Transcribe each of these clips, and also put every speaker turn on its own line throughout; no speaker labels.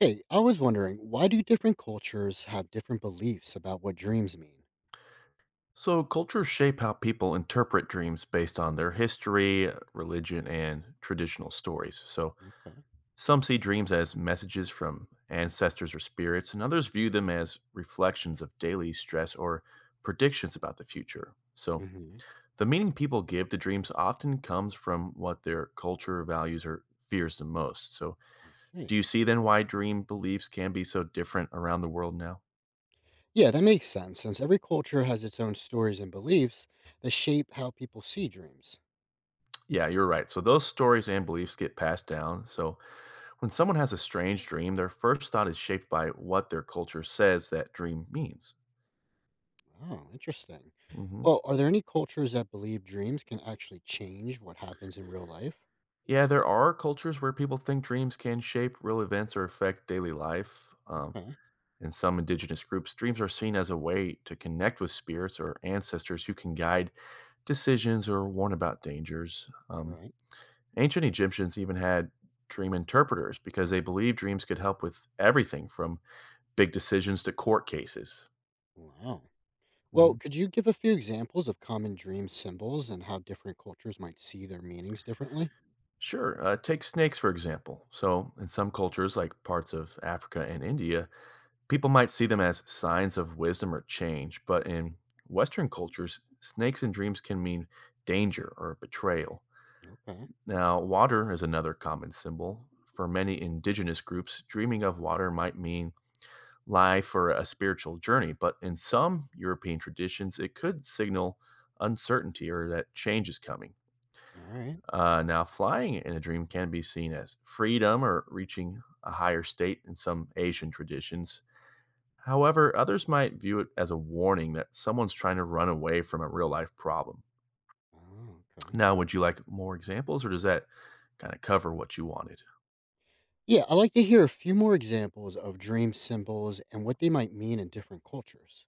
Hey, I was wondering, why do different cultures have different beliefs about what dreams mean?
So, cultures shape how people interpret dreams based on their history, religion, and traditional stories. So,
Okay.
some see dreams as messages from ancestors or spirits, and others view them as reflections of daily stress or predictions about the future. So,
hmm
the meaning people give to dreams often comes from what their culture values or fears the most. So,
I
do
see.
you see then why dream beliefs can be so different around the world now?
Yeah, that makes sense, since every culture has its own stories and beliefs that shape how people see dreams.
Yeah, you're right. So those stories and beliefs get passed down. So when someone has a strange dream, their first thought is shaped by what their culture says that dream means.
Oh, interesting.
hmm
Well, are there any cultures that believe dreams can actually change what happens in real life?
Yeah, there are cultures where people think dreams can shape real events or affect daily life.
Okay.
In some indigenous groups, dreams are seen as a way to connect with spirits or ancestors who can guide decisions or warn about dangers.
Right.
Ancient Egyptians even had dream interpreters because they believed dreams could help with everything from big decisions to court cases.
Wow.
Mm-hmm.
Well, could you give a few examples of common dream symbols and how different cultures might see their meanings differently?
Sure. Take snakes, for example. So, in some cultures, like parts of Africa and India, people might see them as signs of wisdom or change. But in Western cultures, snakes in dreams can mean danger or betrayal.
Okay.
Now, water is another common symbol. For many indigenous groups, dreaming of water might mean life or a spiritual journey. But in some European traditions, it could signal uncertainty or that change is coming.
All right.
Now, flying in a dream can be seen as freedom or reaching a higher state in some Asian traditions. However, others might view it as a warning that someone's trying to run away from a real life problem.
Oh, okay.
Now, would you like more examples or does that kind of cover what you wanted?
Yeah, I'd like to hear a few more examples of dream symbols and what they might mean in different cultures.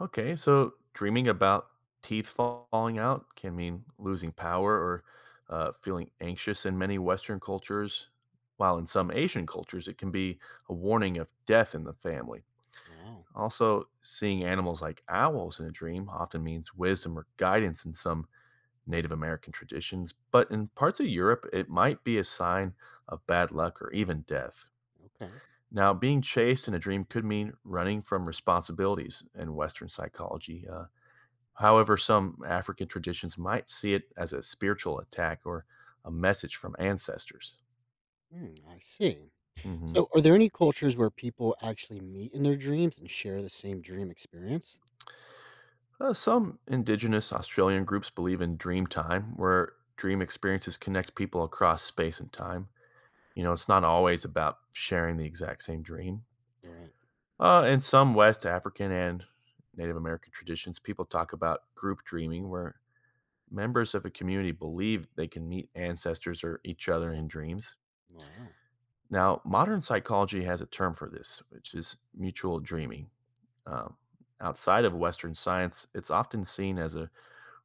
Okay, so dreaming about teeth falling out can mean losing power or feeling anxious in many Western cultures, while in some Asian cultures, it can be a warning of death in the family.
Wow.
Also, seeing animals like owls in a dream often means wisdom or guidance in some Native American traditions, but in parts of Europe, it might be a sign of bad luck or even death.
Okay.
Now, being chased in a dream could mean running from responsibilities in Western psychology. However, some African traditions might see it as a spiritual attack or a message from ancestors.
Hmm, I see.
Mhm.
So, are there any cultures where people actually meet in their dreams and share the same dream experience?
Some Indigenous Australian groups believe in dream time, where dream experiences connect people across space and time. You know, it's not always about sharing the exact same dream.
Right.
In some West African and Native American traditions, people talk about group dreaming, where members of a community believe they can meet ancestors or each other in dreams.
Wow.
Now, modern psychology has a term for this, which is mutual dreaming. Um, Outside of Western science, it's often seen as a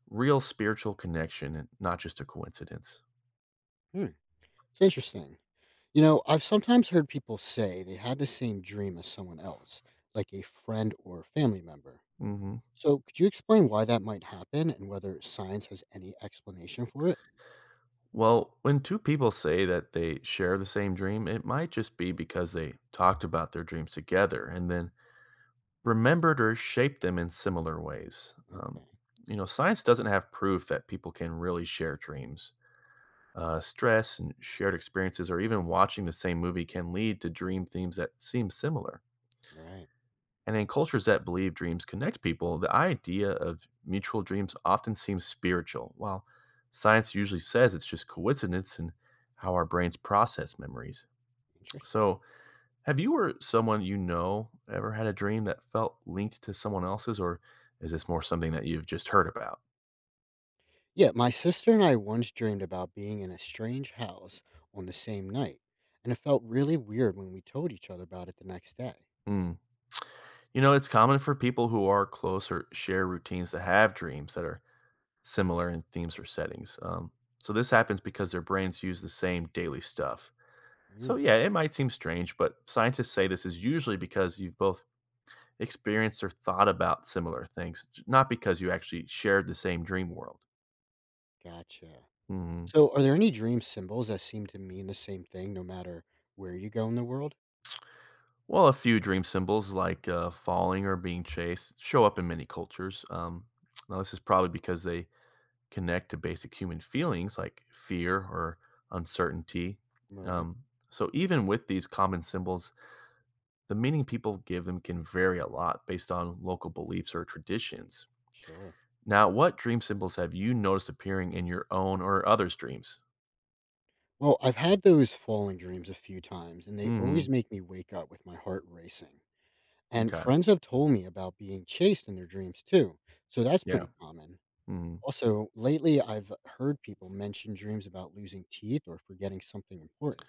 real spiritual connection and not just a coincidence.
Hmm. It's interesting. You know, I've sometimes heard people say they had the same dream as someone else, like a friend or family member.
hmm
So, could you explain why that might happen and whether science has any explanation for it?
Well, when two people say that they share the same dream, it might just be because they talked about their dreams together and then remembered or shaped them in similar ways.
Okay.
You know, science doesn't have proof that people can really share dreams. Stress and shared experiences, or even watching the same movie, can lead to dream themes that seem similar.
Right.
And in cultures that believe dreams connect people, the idea of mutual dreams often seems spiritual, while science usually says it's just coincidence and how our brains process memories.
Interesting.
So, have you or someone you know ever had a dream that felt linked to someone else's, or is this more something that you've just heard about?
Yeah, my sister and I once dreamed about being in a strange house on the same night, and it felt really weird when we told each other about it the next day.
Mm. You know, it's common for people who are close or share routines to have dreams that are similar in themes or settings. So, this happens because their brains use the same daily stuff. So,
Mm,
yeah, it might seem strange, but scientists say this is usually because you've both experienced or thought about similar things, not because you actually shared the same dream world.
gotcha.
hmm
So, are there any dream symbols that seem to mean the same thing no matter where you go in the world?
Well, a few dream symbols like falling or being chased show up in many cultures. Now, this is probably because they connect to basic human feelings like fear or uncertainty.
Right,
Um, so, even with these common symbols, the meaning people give them can vary a lot based on local beliefs or traditions.
sure.
Now, what dream symbols have you noticed appearing in your own or others' dreams?
Well, I've had those falling dreams a few times, and they
Mhm.
always make me wake up with my heart racing. And
M'kay.
friends have told me about being chased in their dreams too, so that's
Yeah.
pretty common.
Mhm.
Also, lately I've heard people mention dreams about losing teeth or forgetting something important.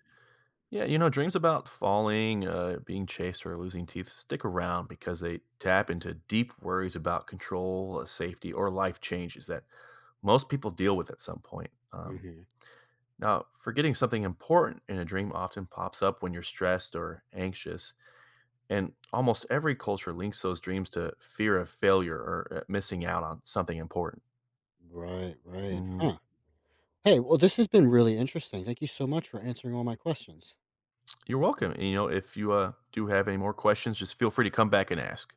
Yeah, you know, dreams about falling, being chased, or losing teeth stick around because they tap into deep worries about control, safety, or life changes that most people deal with at some point. Um,
hmm
now, forgetting something important in a dream often pops up when you're stressed or anxious, and almost every culture links those dreams to fear of failure or missing out on something important.
Right, right.
Mhm.
Huh. Hey, well, this has been really interesting. Thank you so much for answering all my questions.
You're welcome. And, you know, if you do have any more questions, just feel free to come back and ask.